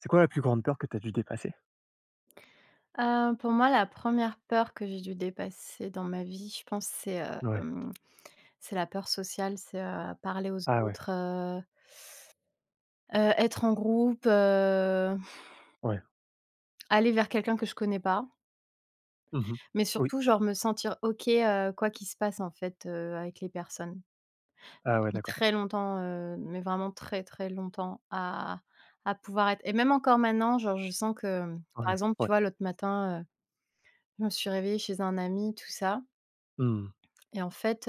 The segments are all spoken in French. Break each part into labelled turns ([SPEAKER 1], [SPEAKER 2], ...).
[SPEAKER 1] C'est quoi la plus grande peur que tu as dû dépasser?
[SPEAKER 2] Pour moi, la première peur que j'ai dû dépasser dans ma vie, je pense, c'est, heu,
[SPEAKER 1] Ouais.
[SPEAKER 2] hem, c'est la peur sociale, c'est, parler aux
[SPEAKER 1] Ah ouais,
[SPEAKER 2] autres, être en groupe,
[SPEAKER 1] ouais.
[SPEAKER 2] aller vers quelqu'un que je connais pas,
[SPEAKER 1] Mmh.
[SPEAKER 2] mais
[SPEAKER 1] Oui.
[SPEAKER 2] surtout, genre, me sentir OK, quoi qu'il se passe, en fait, avec les personnes.
[SPEAKER 1] Ah
[SPEAKER 2] J'ai
[SPEAKER 1] ouais,
[SPEAKER 2] mis
[SPEAKER 1] d'accord.
[SPEAKER 2] très longtemps, mais vraiment très, très longtemps à pouvoir être et même encore maintenant, genre, je sens que,
[SPEAKER 1] Ouais,
[SPEAKER 2] par exemple,
[SPEAKER 1] ouais.
[SPEAKER 2] tu vois, l'autre matin, je me suis réveillée chez un ami, tout ça
[SPEAKER 1] Mmh.
[SPEAKER 2] et en fait,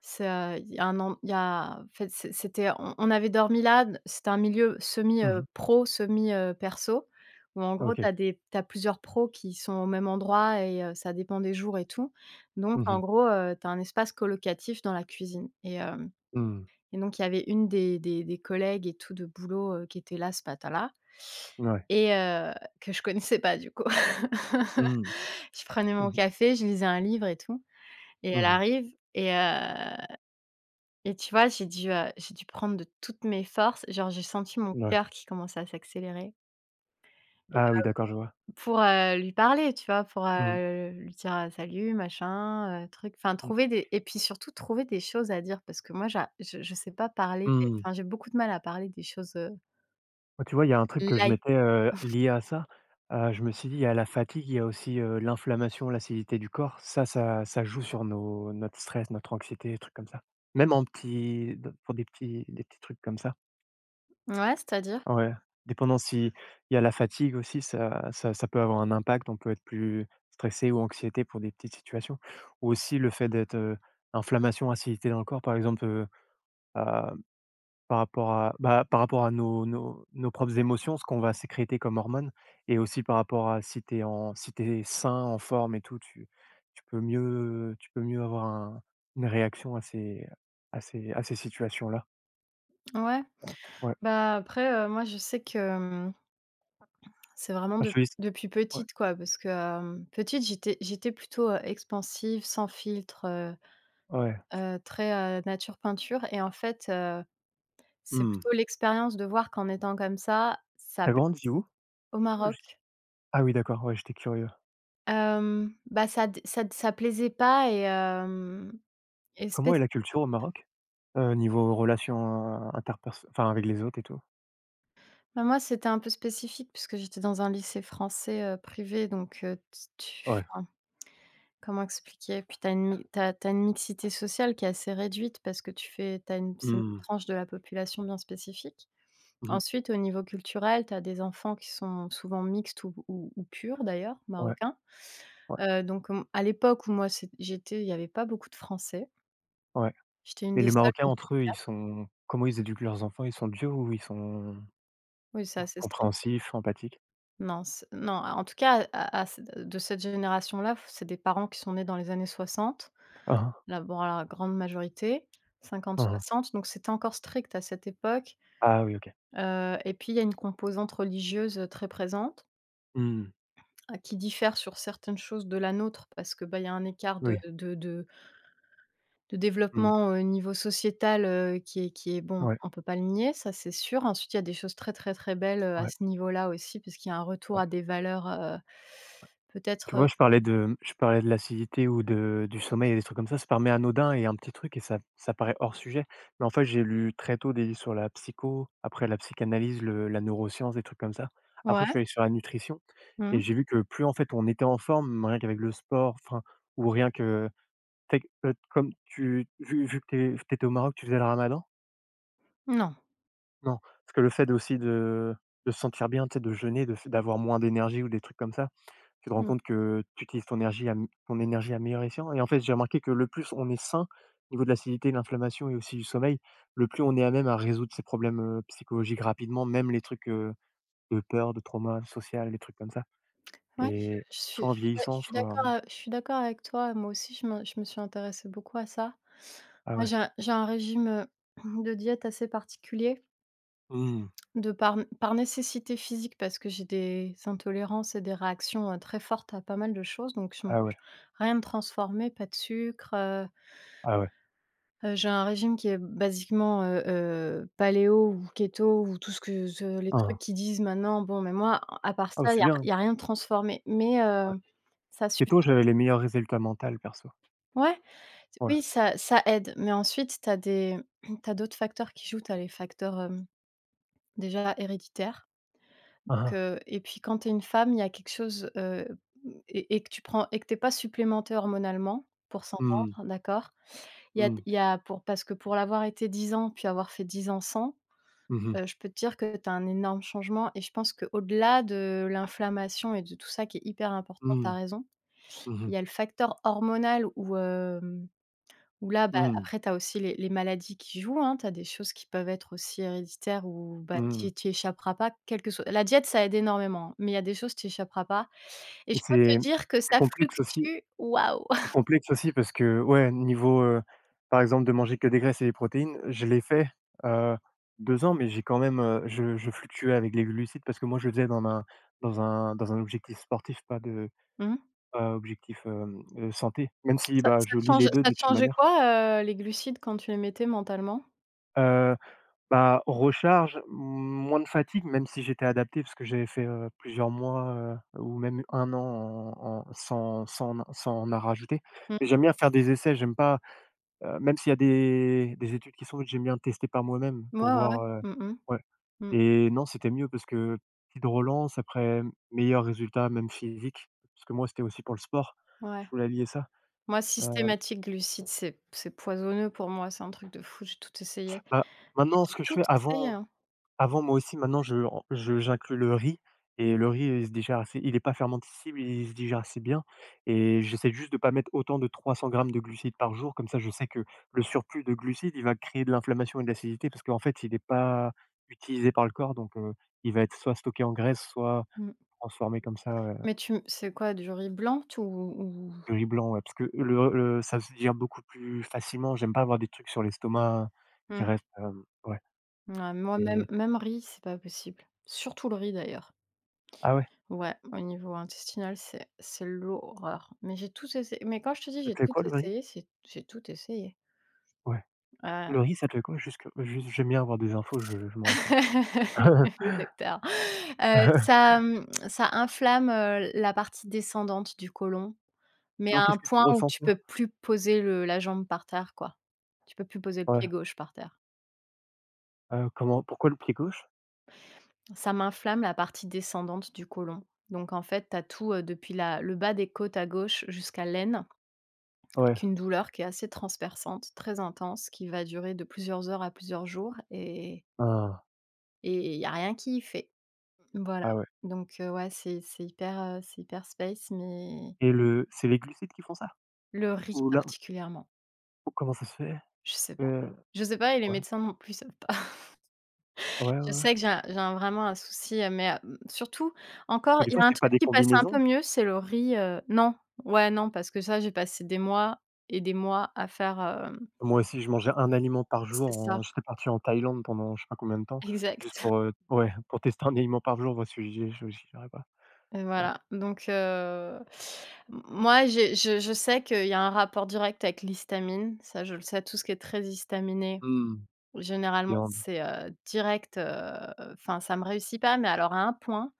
[SPEAKER 2] Ça, il y a un en il y a en fait, c'était on avait dormi là, c'était un milieu semi,
[SPEAKER 1] Mmh.
[SPEAKER 2] pro, semi, perso, où en gros tu
[SPEAKER 1] OK.
[SPEAKER 2] as des t'as plusieurs pros qui sont au même endroit et, ça dépend des jours et tout. Donc
[SPEAKER 1] Mmh
[SPEAKER 2] en
[SPEAKER 1] mh.
[SPEAKER 2] gros, tu as un espace colocatif dans la cuisine
[SPEAKER 1] Mmh.
[SPEAKER 2] et donc il y avait une des collègues et tout de boulot, qui était là ce matin-là
[SPEAKER 1] Ouais.
[SPEAKER 2] et, que je connaissais pas du coup.
[SPEAKER 1] Mmh.
[SPEAKER 2] Je prenais
[SPEAKER 1] Mmh
[SPEAKER 2] mon
[SPEAKER 1] mh.
[SPEAKER 2] café, je lisais un livre et tout et elle
[SPEAKER 1] Mmh.
[SPEAKER 2] arrive et tu vois, j'ai dû prendre de toutes mes forces, genre, j'ai senti mon
[SPEAKER 1] Ouais.
[SPEAKER 2] cœur qui commençait à s'accélérer et
[SPEAKER 1] Ah oui, d'accord, je vois.
[SPEAKER 2] pour, lui parler, tu vois? Pour,
[SPEAKER 1] Mmh.
[SPEAKER 2] lui dire, «Salut, machin, truc». Enfin,
[SPEAKER 1] Mmh.
[SPEAKER 2] trouver des et puis surtout trouver des choses à dire parce que moi j'a je sais pas parler des,
[SPEAKER 1] Mmh.
[SPEAKER 2] enfin, j'ai beaucoup de mal à parler des choses,
[SPEAKER 1] Moi, tu vois, il y a un truc que je
[SPEAKER 2] light.
[SPEAKER 1] m'étais, lié à ça, je me suis dit, il y a la fatigue, il y a aussi, l'inflammation, l'acidité du corps. Ça joue sur nos notre stress, notre anxiété, des trucs comme ça. Même en petits Pour des petits trucs comme ça.
[SPEAKER 2] Ouais, c'est-à-dire?
[SPEAKER 1] Ouais, dépendant si il y a la fatigue aussi, ça peut avoir un impact. On peut être plus stressé ou anxiété pour des petites situations. Ou aussi le fait d'être, inflammation, acidité dans le corps, par exemple, à par rapport à, bah, par rapport à nos propres émotions, ce qu'on va sécréter comme hormones et aussi par rapport à si t'es sain, en forme et tout, tu tu peux mieux avoir un une réaction à ces situations-là.
[SPEAKER 2] Ouais.
[SPEAKER 1] Ouais, ouais.
[SPEAKER 2] Bah, après, moi je sais que, c'est vraiment
[SPEAKER 1] Ah, je
[SPEAKER 2] de
[SPEAKER 1] te dis
[SPEAKER 2] depuis
[SPEAKER 1] Ouais,
[SPEAKER 2] petite, quoi, parce que, petite, j'étais plutôt, expansive, sans filtre.
[SPEAKER 1] ouais.
[SPEAKER 2] Très, nature peinture. Et en fait, c'est
[SPEAKER 1] Mmh.
[SPEAKER 2] plutôt l'expérience de voir qu'en étant comme ça
[SPEAKER 1] Tu
[SPEAKER 2] p
[SPEAKER 1] grandi où?
[SPEAKER 2] au
[SPEAKER 1] J
[SPEAKER 2] Maroc,
[SPEAKER 1] Ah oui d'accord, ouais, j'étais curieux.
[SPEAKER 2] bah, ça plaisait pas et
[SPEAKER 1] Comment
[SPEAKER 2] spéc
[SPEAKER 1] est la culture au Maroc? Niveau relations, interpersonnelles, enfin avec les autres et tout?
[SPEAKER 2] bah, moi, c'était un peu spécifique puisque j'étais dans un lycée français, privé, donc, t tu,
[SPEAKER 1] Ouais.
[SPEAKER 2] enfin, comment expliquer? Puis tu as une mixité sociale qui est assez réduite parce que tu fais tu as une c'est une
[SPEAKER 1] Mmh.
[SPEAKER 2] tranche de la population bien spécifique.
[SPEAKER 1] Mmh.
[SPEAKER 2] Ensuite, au niveau culturel, tu as des enfants qui sont souvent mixtes ou purs d'ailleurs,
[SPEAKER 1] Ouais,
[SPEAKER 2] marocains.
[SPEAKER 1] ouais,
[SPEAKER 2] Donc, à l'époque où moi c'est j'étais, il y avait pas beaucoup de Français.
[SPEAKER 1] ouais.
[SPEAKER 2] J'étais une
[SPEAKER 1] Et
[SPEAKER 2] des
[SPEAKER 1] les
[SPEAKER 2] seules,
[SPEAKER 1] Marocains
[SPEAKER 2] on devait être
[SPEAKER 1] entre eux, ils
[SPEAKER 2] 4.
[SPEAKER 1] sont comment ils éduquent leurs enfants? Ils sont durs ou ils sont
[SPEAKER 2] Oui, c'est assez strict.
[SPEAKER 1] compréhensifs, empathiques?
[SPEAKER 2] Non, en tout cas, à c de cette génération-là, f c'est des parents qui sont nés dans les années 60,
[SPEAKER 1] ah ah
[SPEAKER 2] la bon, la grande majorité,
[SPEAKER 1] ah.
[SPEAKER 2] 50-60, donc c'était encore strict à cette époque.
[SPEAKER 1] Ah oui, OK.
[SPEAKER 2] Et puis il y a une composante religieuse, très présente.
[SPEAKER 1] Mmh.
[SPEAKER 2] Ah, qui diffère sur certaines choses de la nôtre parce que, bah, il y a un écart de
[SPEAKER 1] Oui.
[SPEAKER 2] de de de
[SPEAKER 1] Mmh.
[SPEAKER 2] développement au niveau sociétal, qui est bon,
[SPEAKER 1] Ouais,
[SPEAKER 2] on peut pas le nier, ça c'est sûr. Ensuite, il y a des choses très, très, très belles, à
[SPEAKER 1] ouais,
[SPEAKER 2] ce niveau-là aussi puisqu'il y a un retour
[SPEAKER 1] ouais.
[SPEAKER 2] à des valeurs,
[SPEAKER 1] Tu
[SPEAKER 2] peut-être,
[SPEAKER 1] vois, je parlais de l'acidité ou de du sommeil et des trucs comme ça paraît anodin et un petit truc et ça paraît hors sujet. Mais en fait, j'ai lu très tôt des livres sur la psycho, après la psychanalyse, le la neuroscience, des trucs comme ça. Après, je
[SPEAKER 2] ouais,
[SPEAKER 1] suis allé sur la nutrition
[SPEAKER 2] mmh,
[SPEAKER 1] et j'ai vu que plus, en fait, on était en forme, rien qu'avec le sport, enfin, ou rien que tu sais, comme tu vu que tu étais au Maroc, tu faisais le ramadan?
[SPEAKER 2] non,
[SPEAKER 1] Non, parce que le fait aussi de se sentir bien, tu sais, de jeûner, de f d'avoir moins d'énergie ou des trucs comme ça. Tu te rends
[SPEAKER 2] mmh.
[SPEAKER 1] compte que tu utilises ton énergie à meilleur escient et en fait, j'ai remarqué que le plus on est sain au niveau de l'acidité, de l'inflammation et aussi du sommeil, le plus on est à même à résoudre ces problèmes, psychologiques rapidement, même les trucs, de peur, de trauma social, les trucs comme ça
[SPEAKER 2] Ouais,
[SPEAKER 1] et soit en vieillissant, soit
[SPEAKER 2] je suis d'accord avec toi. Moi aussi, je me suis intéressée beaucoup à ça.
[SPEAKER 1] ah
[SPEAKER 2] Moi,
[SPEAKER 1] ouais.
[SPEAKER 2] j'ai un régime, de diète assez particulier.
[SPEAKER 1] Mmh.
[SPEAKER 2] De par nécessité physique parce que j'ai des intolérances et des réactions, très fortes à pas mal de choses, donc je mange
[SPEAKER 1] Ah ouais,
[SPEAKER 2] rien de transformé, pas de sucre.
[SPEAKER 1] ah ouais.
[SPEAKER 2] J'ai un régime qui est basiquement, paléo ou keto ou tout ce que ce les
[SPEAKER 1] Hein,
[SPEAKER 2] trucs
[SPEAKER 1] hein.
[SPEAKER 2] qu'ils disent maintenant. Bon, mais moi, à part
[SPEAKER 1] Ah bah,
[SPEAKER 2] ça, il y
[SPEAKER 1] c'est
[SPEAKER 2] a
[SPEAKER 1] bien, hein.
[SPEAKER 2] y a rien de transformé, mais,
[SPEAKER 1] Ouais.
[SPEAKER 2] ça suffit.
[SPEAKER 1] Keto, j'avais les meilleurs résultats mentaux perso.
[SPEAKER 2] Ouais,
[SPEAKER 1] Ouais.
[SPEAKER 2] oui, ça aide, mais ensuite tu as des tu d'autres facteurs qui jouent. Tu as les facteurs, déjà héréditaires.
[SPEAKER 1] Hein, hein.
[SPEAKER 2] Et puis quand tu es une femme, il y a quelque chose, et que tu prends et que t'es pas supplémentée hormonalement pour
[SPEAKER 1] Mmh.
[SPEAKER 2] s'entendre, d'accord?
[SPEAKER 1] Mmh.
[SPEAKER 2] Il y a pour parce que pour l'avoir été 10 ans, puis avoir fait 10 ans sans,
[SPEAKER 1] Mmh mh.
[SPEAKER 2] je peux te dire que tu as un énorme changement et je pense que au delà de l'inflammation et de tout ça qui est hyper important, tu
[SPEAKER 1] Mmh.
[SPEAKER 2] as raison,
[SPEAKER 1] Mmh mh.
[SPEAKER 2] il y a le facteur hormonal où, bah,
[SPEAKER 1] Mmh.
[SPEAKER 2] après, tu as aussi les maladies qui jouent, hein. Tu as des choses qui peuvent être aussi héréditaires ou, bah, tu
[SPEAKER 1] Mmh.
[SPEAKER 2] y échapperas pas, quelle que soit la diète, ça aide énormément, mais il y a des choses, tu y échapperas pas. Et
[SPEAKER 1] Mais
[SPEAKER 2] je peux
[SPEAKER 1] c'est
[SPEAKER 2] te dire que
[SPEAKER 1] c'est
[SPEAKER 2] ça
[SPEAKER 1] complexe aussi.
[SPEAKER 2] fluctue, waouh!
[SPEAKER 1] C'est complexe aussi parce que, ouais, niveau, par exemple, de manger que des graisses et des protéines, je l'ai fait, heu, 2 ans, mais j'ai quand même, je fluctuais avec les glucides parce que moi, je le faisais dans un dans un objectif sportif,
[SPEAKER 2] Mmh.
[SPEAKER 1] pas objectif, santé, même si, bah, je lie les 2
[SPEAKER 2] Ça
[SPEAKER 1] de
[SPEAKER 2] te
[SPEAKER 1] toute
[SPEAKER 2] changeait
[SPEAKER 1] manière.
[SPEAKER 2] quoi, les glucides quand tu les mettais mentalement?
[SPEAKER 1] Heu, Bah, recharge, moins de fatigue, même si j'étais adapté parce que j'avais fait, plusieurs mois, ou même un an en en sans sans sans en rajouter. Mais
[SPEAKER 2] Mmh.
[SPEAKER 1] j'aime bien faire des essais, j'aime pas. Même s'il y a des études qui sont faites, j'aime bien tester par moi-même
[SPEAKER 2] Ouais,
[SPEAKER 1] pour
[SPEAKER 2] ouais, ouais.
[SPEAKER 1] voir, heu,
[SPEAKER 2] Mmh
[SPEAKER 1] ouais.
[SPEAKER 2] mh. Mmh.
[SPEAKER 1] Et non, c'était mieux parce que petite relance après meilleur résultat, même physique, parce que moi, c'était aussi pour le sport.
[SPEAKER 2] Ouais.
[SPEAKER 1] Je voulais allier ça.
[SPEAKER 2] Moi,
[SPEAKER 1] Heu,
[SPEAKER 2] systématique glucides, c'est poisonneux pour moi, c'est un truc de fou, j'ai tout essayé,
[SPEAKER 1] bah,
[SPEAKER 2] mais
[SPEAKER 1] Maintenant
[SPEAKER 2] j'ai
[SPEAKER 1] ce que je
[SPEAKER 2] tout
[SPEAKER 1] fais
[SPEAKER 2] essayé,
[SPEAKER 1] avant.
[SPEAKER 2] hein.
[SPEAKER 1] Avant, moi aussi, maintenant, je ren je j'inclus le riz et le riz, il n'est pas fermentescible, il se digère assez bien et j'essaie juste de ne pas mettre autant de 300 grammes de glucides par jour. Comme ça, je sais que le surplus de glucides, il va créer de l'inflammation et de l'acidité parce qu'en fait, il n'est pas utilisé par le corps donc il va être soit stocké en graisse, soit
[SPEAKER 2] Mmh.
[SPEAKER 1] transformé comme ça, heu.
[SPEAKER 2] Mais tu m c'est quoi, du riz blanc? T ou
[SPEAKER 1] Le riz blanc, ouais, parce que le ça se digère beaucoup plus facilement. J'aime pas avoir des trucs sur l'estomac qui
[SPEAKER 2] Mmh.
[SPEAKER 1] restent, hem, ouais.
[SPEAKER 2] Ouais, moi même
[SPEAKER 1] Et
[SPEAKER 2] même riz, c'est pas possible. Surtout le riz d'ailleurs.
[SPEAKER 1] ah ouais,
[SPEAKER 2] Ouais, au niveau intestinal, c'est l'horreur. Mais j'ai tout essayé, mais quand je te dis
[SPEAKER 1] ça
[SPEAKER 2] j'ai
[SPEAKER 1] te fait
[SPEAKER 2] tout
[SPEAKER 1] quoi le riz?
[SPEAKER 2] essayé, c'est j'ai tout essayé.
[SPEAKER 1] Ouais.
[SPEAKER 2] Heu,
[SPEAKER 1] Le riz, ça te le comment jusque juste J'aime bien avoir des infos, je me renseigne.
[SPEAKER 2] oui, docteur. Ça inflamme, la partie descendante du côlon, mais
[SPEAKER 1] Non,
[SPEAKER 2] à
[SPEAKER 1] qu'est-ce
[SPEAKER 2] un
[SPEAKER 1] que tu
[SPEAKER 2] point où
[SPEAKER 1] ressens
[SPEAKER 2] tu peux
[SPEAKER 1] faire?
[SPEAKER 2] plus poser le la jambe par terre, quoi. Tu peux plus poser le
[SPEAKER 1] Ouais,
[SPEAKER 2] pied gauche par terre.
[SPEAKER 1] comment pourquoi le pied gauche?
[SPEAKER 2] Ça m'inflamme la partie descendante du côlon. Donc en fait, t'as tout, depuis la le bas des côtes à gauche jusqu'à l'aine,
[SPEAKER 1] Ouais,
[SPEAKER 2] qu'une douleur qui est assez transperçante, très intense, qui va durer de plusieurs heures à plusieurs jours, et
[SPEAKER 1] ah,
[SPEAKER 2] il y a rien qui y fait. Voilà.
[SPEAKER 1] ah ouais.
[SPEAKER 2] Donc, ouais, c'est hyper space, mais
[SPEAKER 1] Et le c'est les glucides qui font ça?
[SPEAKER 2] le riz
[SPEAKER 1] Ou là,
[SPEAKER 2] particulièrement,
[SPEAKER 1] ou comment ça se fait?
[SPEAKER 2] je sais pas.
[SPEAKER 1] Heu,
[SPEAKER 2] Je sais pas, et les
[SPEAKER 1] ouais,
[SPEAKER 2] médecins non plus savent pas.
[SPEAKER 1] ouais, ouais,
[SPEAKER 2] Je
[SPEAKER 1] ouais.
[SPEAKER 2] sais que j'ai un vraiment un souci, mais, surtout encore,
[SPEAKER 1] Et des
[SPEAKER 2] il y
[SPEAKER 1] fois,
[SPEAKER 2] a un
[SPEAKER 1] c'est pas
[SPEAKER 2] truc
[SPEAKER 1] des
[SPEAKER 2] qui passe un peu
[SPEAKER 1] combinaisons.
[SPEAKER 2] mieux, c'est le riz, non, ouais, non, parce que ça, j'ai passé des mois et des mois à faire, hem
[SPEAKER 1] Moi aussi, je mangeais un aliment par jour
[SPEAKER 2] c'est ça,
[SPEAKER 1] en j'étais parti en Thaïlande pendant je sais pas combien de temps, juste
[SPEAKER 2] exact.
[SPEAKER 1] pour, ouais, pour tester un aliment par jour, voir si j'y arriverais pas.
[SPEAKER 2] Et
[SPEAKER 1] Ouais.
[SPEAKER 2] voilà, donc, m moi, j'ai je sais qu'il y a un rapport direct avec l'histamine, ça, je le sais. Tout ce qui est très histaminé,
[SPEAKER 1] Mmh,
[SPEAKER 2] généralement,
[SPEAKER 1] viande,
[SPEAKER 2] c'est, direct, enfin, ça me réussit pas, mais alors à un point.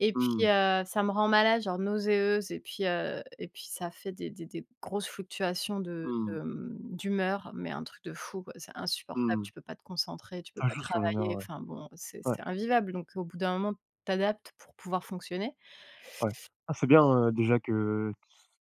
[SPEAKER 2] Et puis,
[SPEAKER 1] mmh,
[SPEAKER 2] ça me rend malade, genre nauséeuse, et puis ça fait des grosses fluctuations
[SPEAKER 1] mmh,
[SPEAKER 2] d'humeur, mais un truc de fou, quoi. C'est insupportable,
[SPEAKER 1] mmh.
[SPEAKER 2] tu peux pas te concentrer, tu peux
[SPEAKER 1] Ça
[SPEAKER 2] pas
[SPEAKER 1] joue sur l'humeur,
[SPEAKER 2] travailler,
[SPEAKER 1] ouais.
[SPEAKER 2] enfin bon, c'est
[SPEAKER 1] Ouais.
[SPEAKER 2] c'est invivable. Donc au bout d'un moment, tu t'adaptes pour pouvoir fonctionner.
[SPEAKER 1] Ouais. Ah, c'est bien, déjà que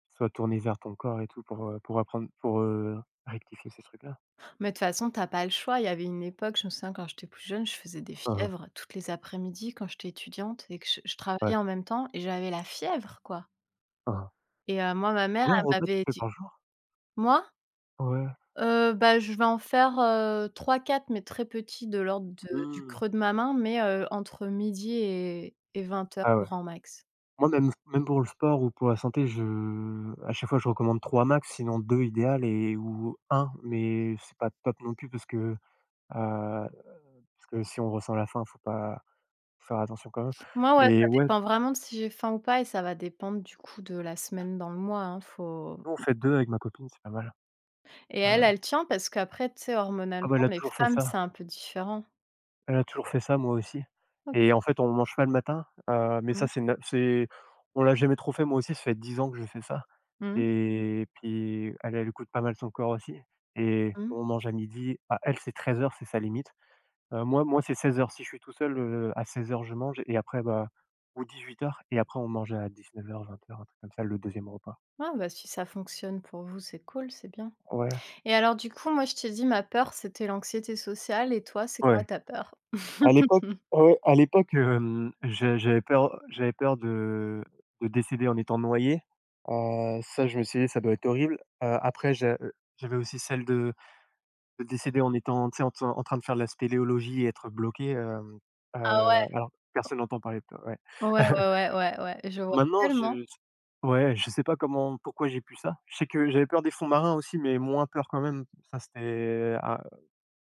[SPEAKER 1] tu sois tourné vers ton corps et tout pour apprendre, pour, rectifier ces trucs-là.
[SPEAKER 2] Mais de toute façon, tu as pas le choix. Il y avait une époque, je me souviens, quand j'étais plus jeune, je faisais des
[SPEAKER 1] Hein, hein.
[SPEAKER 2] fièvres toutes les après-midi, quand j'étais étudiante et que je travaillais
[SPEAKER 1] Ouais.
[SPEAKER 2] en même temps, et j'avais la fièvre, quoi.
[SPEAKER 1] Hein, hein.
[SPEAKER 2] Et moi, ma mère,
[SPEAKER 1] Combien de
[SPEAKER 2] elle
[SPEAKER 1] repas tu
[SPEAKER 2] m'avait
[SPEAKER 1] fais
[SPEAKER 2] dit
[SPEAKER 1] par jour?
[SPEAKER 2] moi?
[SPEAKER 1] Ouais.
[SPEAKER 2] Bah, je vais en faire, 3-4, mais très petits, de l'ordre, Mmh, de du
[SPEAKER 1] Mmh.
[SPEAKER 2] creux de ma main, mais, entre midi et 20 h
[SPEAKER 1] Ah ouais.
[SPEAKER 2] grand max.
[SPEAKER 1] Moi, même pour le sport ou pour la santé, je à chaque fois, je recommande 3 max, sinon 2 idéal et ou un mais c'est pas top non plus heu, parce que si on ressent la faim, faut pas faut faire attention quand même.
[SPEAKER 2] Moi, ouais, ça
[SPEAKER 1] Et ouais,
[SPEAKER 2] dépend vraiment de si j'ai faim ou pas, et ça va dépendre du coup de la semaine dans le mois, hein, faut
[SPEAKER 1] nous, on fait deux avec ma copine, c'est pas mal.
[SPEAKER 2] et
[SPEAKER 1] Ouais,
[SPEAKER 2] elle,
[SPEAKER 1] ouais.
[SPEAKER 2] elle tient parce qu'après, tu sais,
[SPEAKER 1] Ah
[SPEAKER 2] hormonalement,
[SPEAKER 1] bah, elle a
[SPEAKER 2] les
[SPEAKER 1] toujours fait
[SPEAKER 2] femmes, c'est
[SPEAKER 1] ça.
[SPEAKER 2] un peu différent.
[SPEAKER 1] Elle a toujours fait ça, moi aussi et
[SPEAKER 2] OK.
[SPEAKER 1] en fait, on mange pas le matin, mais
[SPEAKER 2] Mmh.
[SPEAKER 1] ça, c'est on l'a jamais trop fait, moi aussi, ça fait 10 ans que je fais ça
[SPEAKER 2] Mmh.
[SPEAKER 1] et puis elle écoute pas mal son corps aussi et
[SPEAKER 2] Mmh.
[SPEAKER 1] on mange à midi. Ah, elle, c'est 13 heures, c'est sa limite. Moi, c'est 16 heures. Si je suis tout seul, à 16 heures, je mange et après, bah ou 18 heures. Et après on mange à 19 heures, 20 heures, un truc comme ça, le deuxième repas.
[SPEAKER 2] Ah, bah, si ça fonctionne pour vous, c'est cool, c'est bien.
[SPEAKER 1] Ouais.
[SPEAKER 2] Et alors du coup, moi, je t'ai dit ma peur, c'était l'anxiété sociale. Et toi, c'est quoi
[SPEAKER 1] Ouais.
[SPEAKER 2] ta peur?
[SPEAKER 1] À l'époque, ah ouais, à l'époque, hem, j'a j'avais peur. De décéder en étant noyé. Ça, je me suis dit: «Ça doit être horrible». Après, j'avais aussi celle de décéder en étant, tu sais, en train de faire de la spéléologie et être bloqué,
[SPEAKER 2] Ah ouais?
[SPEAKER 1] alors personne n'entend parler de toi, ouais.
[SPEAKER 2] Ouais, ouais, ouais, ouais, ouais, je vois
[SPEAKER 1] Maintenant,
[SPEAKER 2] tellement.
[SPEAKER 1] je Ouais, je sais pas comment pourquoi j'ai pu ça. Je sais que j'avais peur des fonds marins aussi, mais moins peur quand même. Ça, c'était à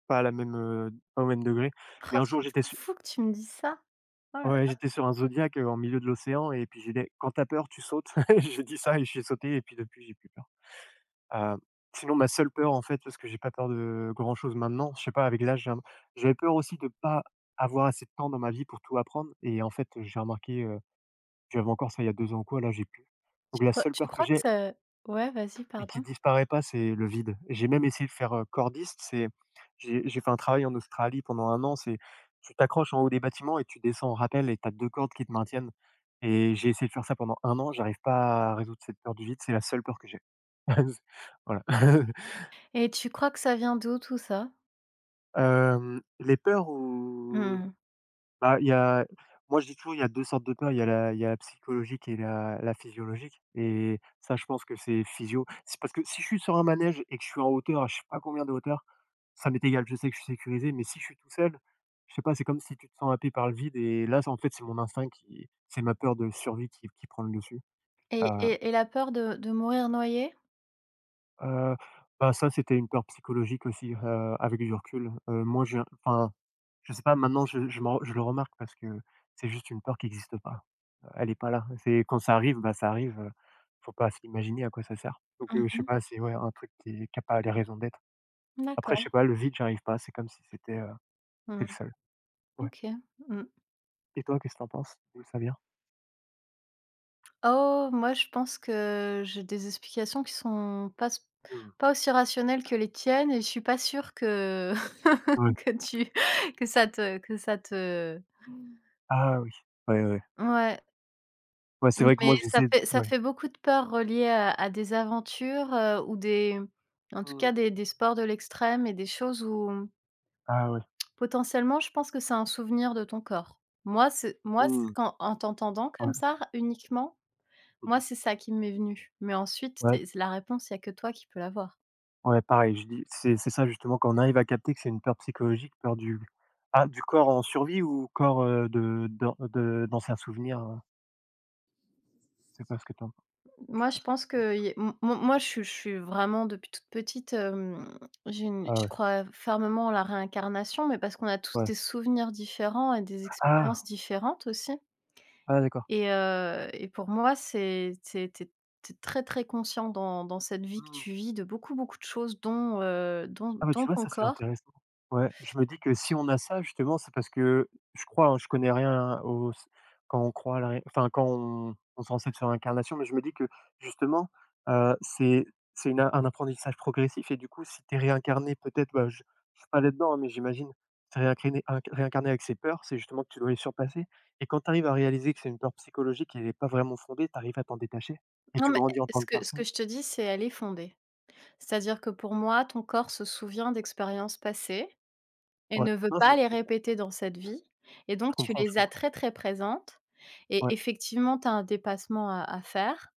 [SPEAKER 1] pas à la même, pas au même degré. Mais
[SPEAKER 2] Oh,
[SPEAKER 1] un jour, j'étais
[SPEAKER 2] c'est fou que tu me dises ça. Oh là
[SPEAKER 1] Ouais,
[SPEAKER 2] là,
[SPEAKER 1] j'étais sur un zodiac, en milieu de l'océan et puis j'ai des quand t'as peur, tu sautes. J'ai dit ça et j'ai sauté et puis depuis, j'ai plus peur. Heu, Sinon ma seule peur en fait, parce que j'ai pas peur de grand chose maintenant, je sais pas avec l'âge, j'avais peur aussi de pas avoir assez de temps dans ma vie pour tout apprendre et en fait, j'ai remarqué, j'avais encore ça il y a 2 ans ou quoi, là j'ai plus. Donc la seule
[SPEAKER 2] tu
[SPEAKER 1] peur que
[SPEAKER 2] crois que
[SPEAKER 1] j'ai
[SPEAKER 2] ça ouais, vas-y,
[SPEAKER 1] et qui
[SPEAKER 2] pardon.
[SPEAKER 1] disparaît pas, c'est le vide. J'ai même essayé de faire, cordiste, c'est j'ai fait un travail en Australie pendant 1 an, c'est tu t'accroches en haut des bâtiments et tu descends en rappel et tu as 2 cordes qui te maintiennent et j'ai essayé de faire ça pendant 1 an, j'arrive pas à résoudre cette peur du vide, c'est la seule peur que j'ai. Voilà.
[SPEAKER 2] Et tu crois que ça vient d'où tout ça?
[SPEAKER 1] Hem, les peurs où.
[SPEAKER 2] Mmh.
[SPEAKER 1] Bah, il y a Moi je dis toujours, il y a 2 sortes de peurs. Il y a la psychologique et la physiologique et ça je pense que c'est physio. C'est parce que si je suis sur un manège et que je suis en hauteur, à je sais pas combien de hauteur, ça m'est égal, je sais que je suis sécurisé, mais si je suis tout seul, je sais pas, c'est comme si tu te sens happé par le vide et là, c'est mon instinct qui c'est ma peur de survie qui prend le dessus.
[SPEAKER 2] et
[SPEAKER 1] Heu
[SPEAKER 2] et et la peur de mourir noyé.
[SPEAKER 1] heu, Bah, ça, c'était une peur psychologique aussi, avec du recul. Enfin, je sais pas, maintenant je le remarque parce que c'est juste une peur qui n'existe pas. Elle est pas là. C'est quand ça arrive, bah, ça arrive, faut pas s'imaginer à quoi ça sert. Donc je sais
[SPEAKER 2] Mmh,
[SPEAKER 1] pas, c'est ouais, un truc qui est qui a pas les raisons d'être. Après je
[SPEAKER 2] d'accord.
[SPEAKER 1] sais pas, le vide, j'arrive pas, c'est comme si c'était, tu
[SPEAKER 2] Mmh.
[SPEAKER 1] le seul. Ouais.
[SPEAKER 2] OK. Mmh.
[SPEAKER 1] Et toi, qu'est-ce que t'en penses? D'où ça vient?
[SPEAKER 2] Oh, moi, je pense que j'ai des explications qui sont
[SPEAKER 1] Mmh.
[SPEAKER 2] pas aussi rationnelles que les tiennes, et je suis pas sûre que
[SPEAKER 1] Ouais.
[SPEAKER 2] que tu que ça te
[SPEAKER 1] Ah oui. Ouais, ouais.
[SPEAKER 2] ouais.
[SPEAKER 1] Ouais, c'est
[SPEAKER 2] Mmh,
[SPEAKER 1] vrai que
[SPEAKER 2] mais
[SPEAKER 1] moi
[SPEAKER 2] ça
[SPEAKER 1] j'essaie d
[SPEAKER 2] fait ça
[SPEAKER 1] ouais.
[SPEAKER 2] fait beaucoup de peurs reliées à des aventures, ou des, en tout cas,
[SPEAKER 1] Mmh.
[SPEAKER 2] des sports de l'extrême et des choses où, mmh,
[SPEAKER 1] Ah ouais.
[SPEAKER 2] potentiellement, je pense que c'est un souvenir de ton corps. Moi, c'est
[SPEAKER 1] Mmh.
[SPEAKER 2] qu'en en t'entendant comme
[SPEAKER 1] Ouais.
[SPEAKER 2] ça, uniquement, moi,
[SPEAKER 1] Mmh.
[SPEAKER 2] c'est ça qui m'est venu. Mais ensuite,
[SPEAKER 1] Ouais,
[SPEAKER 2] c'est la réponse, il n'y a que toi qui peux l'avoir.
[SPEAKER 1] ouais, pareil, je dis c'est ça justement quand on arrive à capter que c'est une peur psychologique, peur du ah, du corps en survie ou corps, heu, de d'anciens souvenirs, heu? C'est quoi ce que tu en penses? Je sais
[SPEAKER 2] Moi,
[SPEAKER 1] pas
[SPEAKER 2] je
[SPEAKER 1] ce que
[SPEAKER 2] pense
[SPEAKER 1] tu voulais.
[SPEAKER 2] que, y m m moi, je suis vraiment depuis toute petite, j'ai une
[SPEAKER 1] Ah
[SPEAKER 2] je
[SPEAKER 1] ouais.
[SPEAKER 2] crois fermement en la réincarnation, mais parce qu'on a tous
[SPEAKER 1] Ouais.
[SPEAKER 2] des souvenirs différents et des expériences
[SPEAKER 1] Ah!
[SPEAKER 2] différentes aussi.
[SPEAKER 1] Ah d'accord.
[SPEAKER 2] Et pour moi, c'est tu es très, très conscient dans cette vie que
[SPEAKER 1] Mmh.
[SPEAKER 2] tu vis de beaucoup, beaucoup de choses dont, heu, dont
[SPEAKER 1] Ah bah, tu
[SPEAKER 2] dont
[SPEAKER 1] vois,
[SPEAKER 2] ton
[SPEAKER 1] ça c'est
[SPEAKER 2] corps.
[SPEAKER 1] intéressant. Ouais, je me dis que si on a ça justement, c'est parce que je crois, hein, je connais rien au s quand on croit à la ré enfin quand on se renseigne sur l'incarnation, mais je me dis que justement, heu, c'est c'est une un apprentissage progressif et du coup, si tu es réincarné peut-être, bah, je suis pas là-dedans, hein, mais j'imagine, tu es réincriné inc réincarné avec ses peurs, c'est justement que tu dois les surpasser et quand tu arrives à réaliser que c'est une peur psychologique et elle est pas vraiment fondée, tu arrives à t'en détacher et
[SPEAKER 2] Non,
[SPEAKER 1] tu
[SPEAKER 2] mais,
[SPEAKER 1] grandis en
[SPEAKER 2] eh,
[SPEAKER 1] tant
[SPEAKER 2] ce
[SPEAKER 1] que
[SPEAKER 2] que ce que
[SPEAKER 1] personne.
[SPEAKER 2] je te dis, c'est elle est fondée. C'est-à-dire que pour moi, ton corps se souvient d'expériences passées et
[SPEAKER 1] Ouais.
[SPEAKER 2] ne veut
[SPEAKER 1] Non, je
[SPEAKER 2] pas les
[SPEAKER 1] comprends.
[SPEAKER 2] répéter dans cette vie, et donc tu
[SPEAKER 1] Je
[SPEAKER 2] les as
[SPEAKER 1] comprends.
[SPEAKER 2] très, très présentes, et
[SPEAKER 1] Ouais,
[SPEAKER 2] effectivement, tu as un dépassement à faire,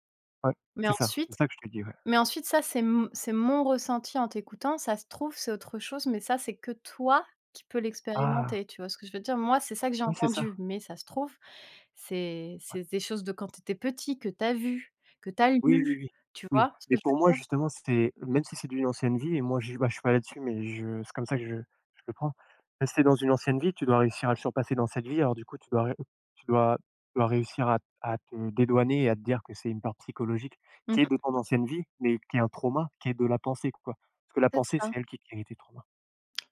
[SPEAKER 1] ouais,
[SPEAKER 2] mais
[SPEAKER 1] c'est ça,
[SPEAKER 2] ensuite.
[SPEAKER 1] que je te dis, ouais.
[SPEAKER 2] Mais ensuite ça, c'est mon ressenti en t'écoutant. Ça se trouve, c'est autre chose, mais ça, c'est que toi qui peux
[SPEAKER 1] Ah!
[SPEAKER 2] l'expérimenter, tu vois ce que je veux dire? Moi, c'est ça que j'ai
[SPEAKER 1] Oui, c'est ça.
[SPEAKER 2] entendu, mais ça se trouve, c'est des choses de quand tu étais petit, que tu as vues, que tu as
[SPEAKER 1] Oui, oui,
[SPEAKER 2] lues,
[SPEAKER 1] oui.
[SPEAKER 2] tu
[SPEAKER 1] Oui,
[SPEAKER 2] vois ce que
[SPEAKER 1] mais
[SPEAKER 2] je
[SPEAKER 1] pour moi,
[SPEAKER 2] veux dire?
[SPEAKER 1] justement, c'est même si c'est d'une ancienne vie et moi, je, bah, je suis pas là-dessus, mais je c'est comme ça que je le prends. Rester dans une ancienne vie, tu dois réussir à le surpasser dans cette vie, alors du coup, tu dois ré tu dois tu dois réussir à te dédouaner et à te dire que c'est une part psychologique
[SPEAKER 2] Mmh,
[SPEAKER 1] qui est de ton ancienne vie, mais qui est un trauma, qui est de la pensée, quoi. Parce que la
[SPEAKER 2] c'est
[SPEAKER 1] pensée, c'est
[SPEAKER 2] ça.
[SPEAKER 1] elle qui crée tes traumas.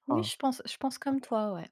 [SPEAKER 2] Oui,
[SPEAKER 1] Enfin,
[SPEAKER 2] je pense comme toi, ouais.